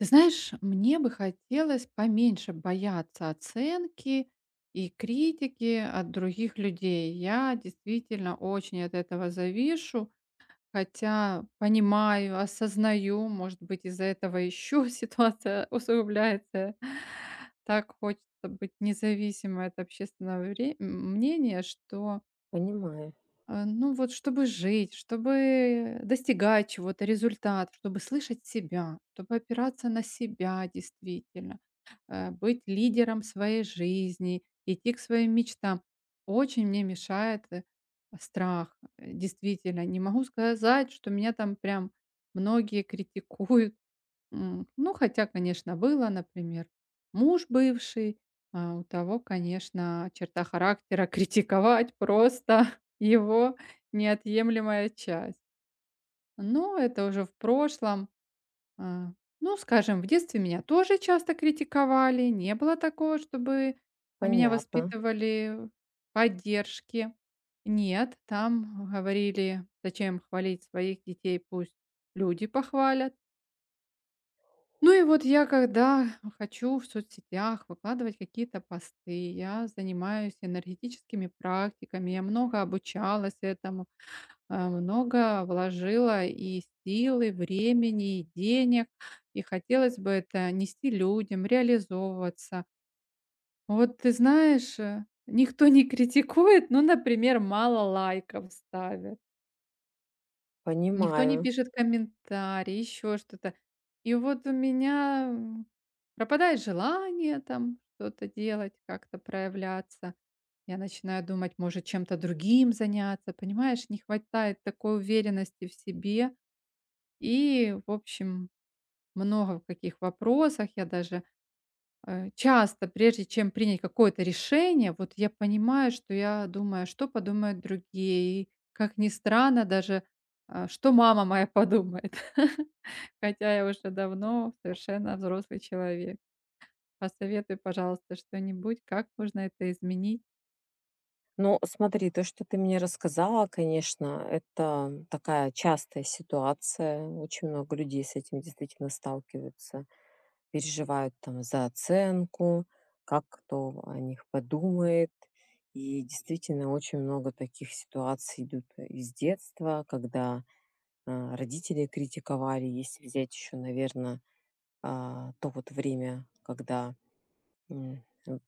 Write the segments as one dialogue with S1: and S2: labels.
S1: Ты знаешь, мне бы хотелось поменьше бояться оценки и критики от других людей. Я действительно очень от этого завишу, хотя понимаю, осознаю, может быть, из-за этого еще ситуация усугубляется. Так хочется быть независимой от общественного мнения, что
S2: Понимаю.
S1: Вот чтобы жить, чтобы достигать чего-то, результат, чтобы слышать себя, чтобы опираться на себя действительно, быть лидером своей жизни, идти к своим мечтам. Очень мне мешает, страх. Действительно, не могу сказать, что меня там прям многие критикуют. М, ну, хотя, конечно, было, например, муж бывший, а, у того, конечно, черта характера критиковать просто его неотъемлемая часть. Но это уже в прошлом. А, ну, скажем, в детстве меня тоже часто критиковали. Не было такого, чтобы меня
S2: Понятно.
S1: воспитывали в поддержке. Нет, там говорили: "Зачем хвалить своих детей? Пусть люди похвалят". Ну и вот я, когда хочу в соцсетях выкладывать какие-то посты, я занимаюсь энергетическими практиками, я много обучалась этому, а, много вложила и силы, времени, и денег, и хотелось бы это нести людям, реализовываться. Вот ты знаешь, никто не критикует, ну, например, мало лайков ставят. Никто не
S2: Понимаю.
S1: пишет комментарии, еще что-то. И вот у меня, м, пропадает желание там что-то делать, как-то проявляться. Я начинаю думать, может, чем-то другим заняться, понимаешь? Не хватает такой уверенности в себе. И, в общем, много в каких вопросах я даже часто, прежде чем принять какое-то решение, вот я понимаю, что я думаю, а что подумают другие. И, как ни странно, даже а, что мама моя подумает. Хотя я уже давно совершенно взрослый человек. Посоветуй, пожалуйста, что-нибудь, как можно это изменить.
S2: Ну, смотри, то, что ты мне рассказала, конечно, это такая частая ситуация. Очень много людей с этим действительно сталкиваются. Переживают там за оценку, как кто о них подумает. И действительно очень много таких ситуаций идут из детства, когда родители критиковали, если взять еще, наверное, то вот время, когда М, в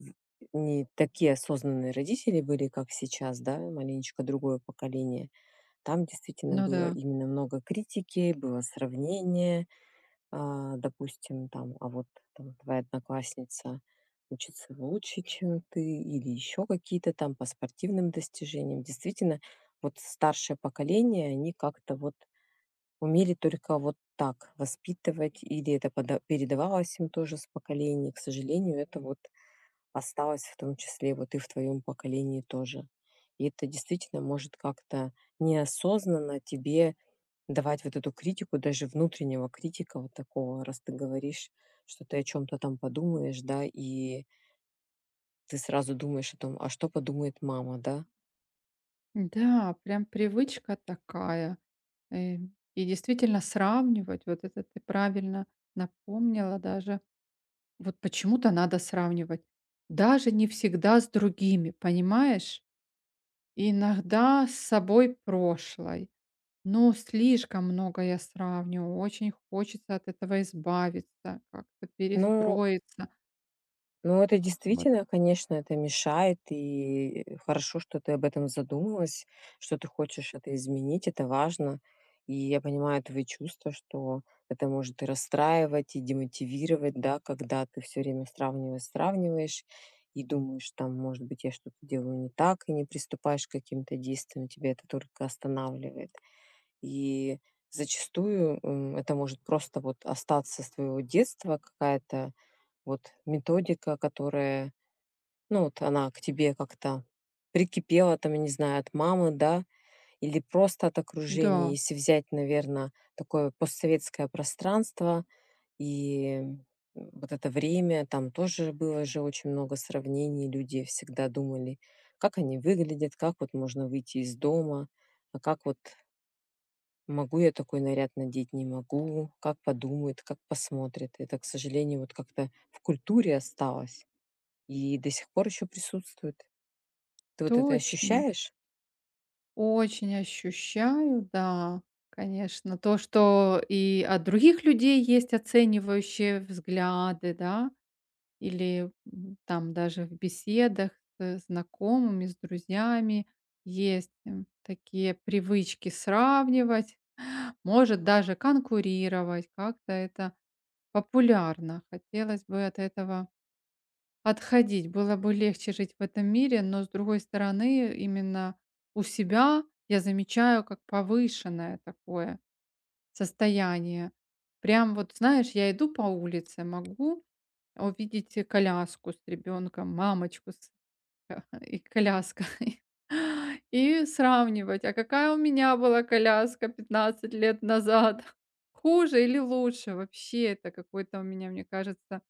S2: не такие осознанные родители были, как сейчас, да, маленечко другое поколение. Там действительно
S1: Ну
S2: было
S1: да.
S2: именно много критики, было сравнение. Допустим, там, а вот там твоя одноклассница учится лучше, чем ты, или еще какие-то там по спортивным достижениям. Действительно, вот старшее поколение, они как-то вот умели только вот так воспитывать, или это передавалось им тоже с поколения. К сожалению, это вот осталось, в том числе вот и в твоем поколении тоже. И это действительно может как-то неосознанно тебе давать вот эту критику, даже внутреннего критика вот такого, раз ты говоришь, что ты о чем-то там подумаешь, да, и ты сразу думаешь о том, а что подумает мама, да.
S1: Да, прям привычка такая. Э, И действительно сравнивать, вот это ты правильно напомнила даже. Вот почему-то надо сравнивать. Даже не всегда с другими, понимаешь? Иногда с собой прошлой. Но слишком много я сравниваю. Очень хочется от этого избавиться, как-то
S2: Ну,
S1: перестроиться.
S2: Ну, это
S1: Вот.
S2: действительно, конечно, это мешает, и хорошо, что ты об этом задумалась, что ты хочешь это изменить, это важно. И я понимаю твои чувства, что это может и расстраивать, и демотивировать, да, когда ты все время сравниваешь, сравниваешь, и думаешь, там, может быть, я что-то делаю не так, и не приступаешь к каким-то действиям, тебя это только останавливает. И зачастую это может просто вот остаться с твоего детства какая-то вот методика, которая, ну, вот она к тебе как-то прикипела, там, я не знаю, от мамы, да, или просто от окружения,
S1: Да,
S2: если взять, наверное, такое постсоветское пространство и вот это время, там тоже было же очень много сравнений, люди всегда думали, как они выглядят, как вот можно выйти из дома, а как вот могу я такой наряд надеть, не могу, как подумают, как посмотрят. Это, к сожалению, вот как-то в культуре осталось. И до сих пор еще присутствует. Ты вот это
S1: точно.
S2: ощущаешь?
S1: Очень ощущаю, да, конечно, то, что и от других людей есть оценивающие взгляды, да, или, м, там даже в беседах с знакомыми, с друзьями есть, м, такие привычки сравнивать, может, даже конкурировать. Как-то это популярно. Хотелось бы от этого отходить. Было бы легче жить в этом мире, но, с другой стороны, именно у себя я замечаю, как повышенное такое состояние. Прям вот, знаешь, я иду по улице, могу увидеть, коляску с ребенком, мамочку с и коляска. И сравнивать: а какая у меня была коляска 15 лет назад? Хуже или лучше? Вообще это какой-то у меня, мне кажется,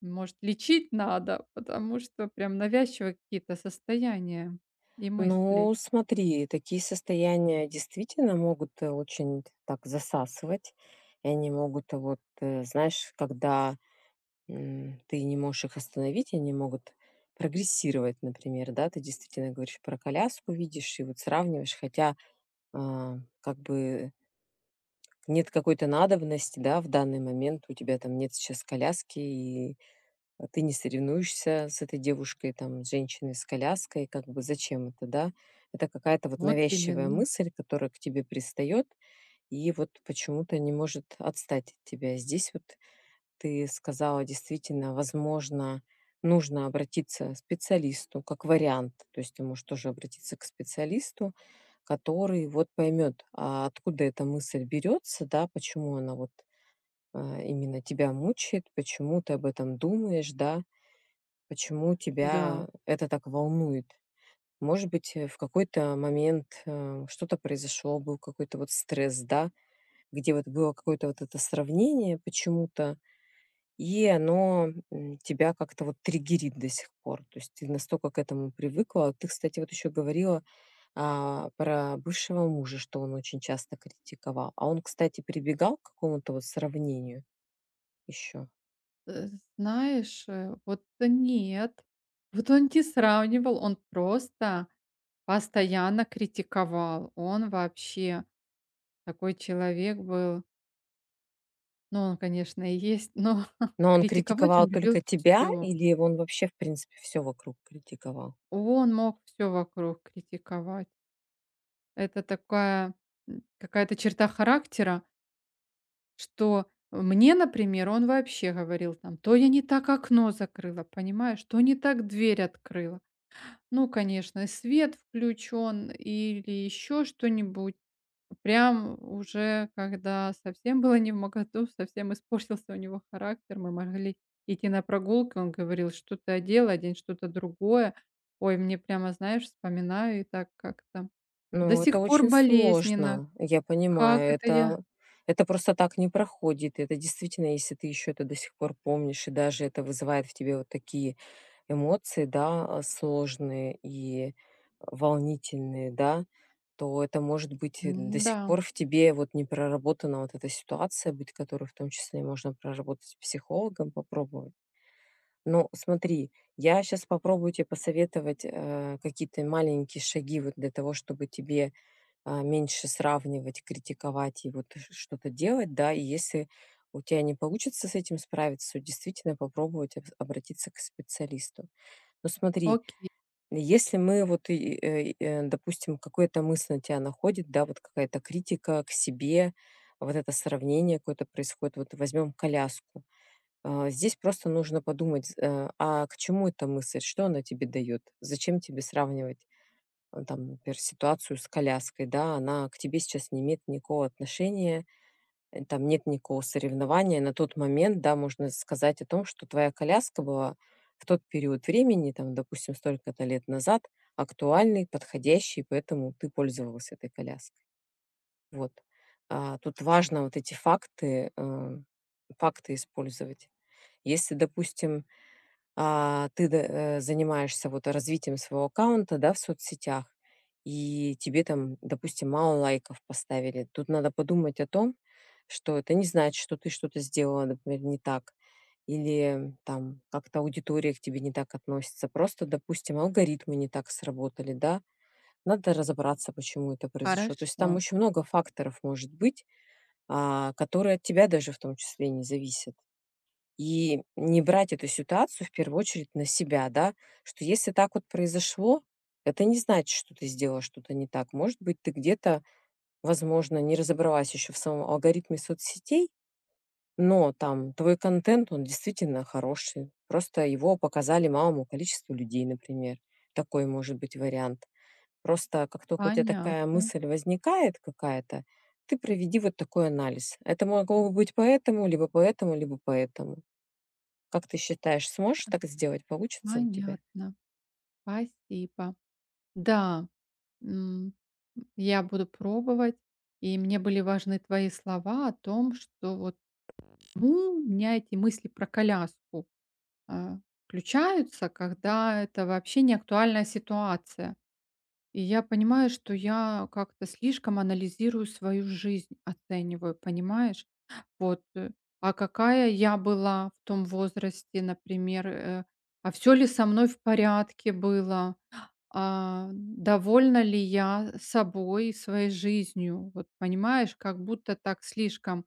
S1: может, лечить надо, потому что прям навязчивые какие-то состояния и мысли.
S2: Ну, смотри, такие состояния действительно могут очень так засасывать. И они могут, вот, знаешь, когда ты не можешь их остановить, они могут прогрессировать, например, да, ты действительно говоришь про коляску, видишь и вот сравниваешь, хотя как бы нет какой-то надобности, да, в данный момент у тебя там нет сейчас коляски и ты не соревнуешься с этой девушкой, там, с женщиной с коляской, как бы зачем это, да? Это какая-то вот
S1: Вот
S2: навязчивая
S1: именно,
S2: мысль, которая к тебе пристает и вот почему-то не может отстать от тебя. Здесь вот ты сказала, действительно, возможно, нужно обратиться к специалисту как вариант. То есть ты можешь тоже обратиться к специалисту, который вот поймет, а откуда эта мысль берется, да, почему она вот именно тебя мучает, почему ты об этом думаешь, да, почему
S1: да.
S2: тебя это так волнует? Может быть, в какой-то момент, что-то произошло, был какой-то вот стресс, да, где вот было какое-то вот это сравнение почему-то, и оно, тебя как-то вот триггерит до сих пор. То есть ты настолько к этому привыкла. Ты, кстати, вот еще говорила, про бывшего мужа, что он очень часто критиковал. А он, кстати, прибегал к какому-то вот сравнению еще?
S1: Э, знаешь, вот нет, вот он не сравнивал, он просто постоянно критиковал. Он вообще такой человек был. Ну, он, конечно, и есть, но
S2: Но он
S1: критиковать
S2: критиковал
S1: он любил
S2: только тебя
S1: все.
S2: или он вообще, в принципе, все вокруг критиковал?
S1: Он мог все вокруг критиковать. Это такая, м, какая-то черта характера, что мне, например, он вообще говорил там: "То я не так окно закрыла, понимаешь, то не так дверь открыла". Ну, конечно, и свет включен или еще что-нибудь. Прям уже когда совсем было не в моготу, совсем испортился у него характер, мы могли идти на прогулки, он говорил: "Что-то одел, одень что-то другое". Ой, мне прямо, знаешь, вспоминаю и так как-то до
S2: Ну, это
S1: сих пор
S2: очень
S1: болезненно.
S2: сложно, я
S1: Как
S2: понимаю,
S1: это я.
S2: это просто так не проходит. Это действительно, если ты еще это до сих пор помнишь, и даже это вызывает в тебе вот такие эмоции, да, сложные и волнительные, да, то это может быть и до сих
S1: М-да,
S2: пор в тебе вот не проработана вот эта ситуация, быть которой в том числе можно проработать с психологом, попробовать. Но смотри, я сейчас попробую тебе посоветовать, какие-то маленькие шаги вот для того, чтобы тебе меньше сравнивать, критиковать и вот что-то делать, да, и если у тебя не получится с этим справиться, то действительно попробовать обратиться к специалисту. Но смотри,
S1: окей,
S2: если мы вот, допустим, какая-то мысль на тебя находит, да, вот какая-то критика к себе, вот это сравнение какое-то происходит, вот возьмем коляску. Здесь просто нужно подумать, а к чему эта мысль, что она тебе дает, зачем тебе сравнивать там, например, ситуацию с коляской, да, она к тебе сейчас не имеет никакого отношения, там нет никакого соревнования. На тот момент, да, можно сказать о том, что твоя коляска была в тот период времени, там, допустим, столько-то лет назад, актуальной, подходящей, поэтому ты пользовалась этой коляской. Вот. А, тут важно вот эти факты использовать. Если, допустим, ты занимаешься вот развитием своего аккаунта, да, в соцсетях, и тебе там, допустим, мало лайков поставили. Тут надо подумать о том, что это не значит, что ты что-то сделала, например, не так, или там как-то аудитория к тебе не так относится. Просто, допустим, алгоритмы не так сработали, да. Надо разобраться, почему это произошло. То есть
S1: хорошо,
S2: там очень много факторов может быть, которые от тебя даже в том числе не зависят. И не брать эту ситуацию в первую очередь на себя, да, что если так вот произошло, это не значит, что ты сделала что-то не так. Может быть, ты где-то, возможно, не разобралась еще в самом алгоритме соцсетей, но там твой контент, он действительно хороший. Просто его показали малому количеству людей, например. Такой может быть вариант. Просто как только у тебя такая
S1: понятно,
S2: мысль возникает какая-то, ты проведи вот такой анализ. Это могло бы быть поэтому, либо поэтому, либо поэтому. Как ты считаешь, сможешь так сделать? Получится у тебя?
S1: понятно. Спасибо. Да, м, я буду пробовать. И мне были важны твои слова о том, что вот ну, у меня эти мысли про коляску, а, включаются, когда это вообще не актуальная ситуация. И я понимаю, что я как-то слишком анализирую свою жизнь, оцениваю, понимаешь? Вот, а какая я была в том возрасте, например, а все ли со мной в порядке было, а, довольна ли я собой и своей жизнью? Вот понимаешь, как будто так слишком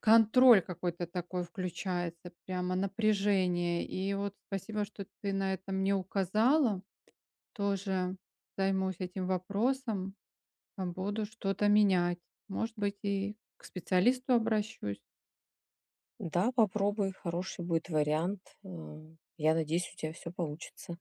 S1: контроль какой-то такой включается, прямо напряжение. И вот спасибо, что ты на это мне указала. Тоже займусь этим вопросом, а буду что-то менять. Может быть, и к специалисту обращусь.
S2: Да, попробуй, хороший будет вариант. Я надеюсь, у тебя все получится.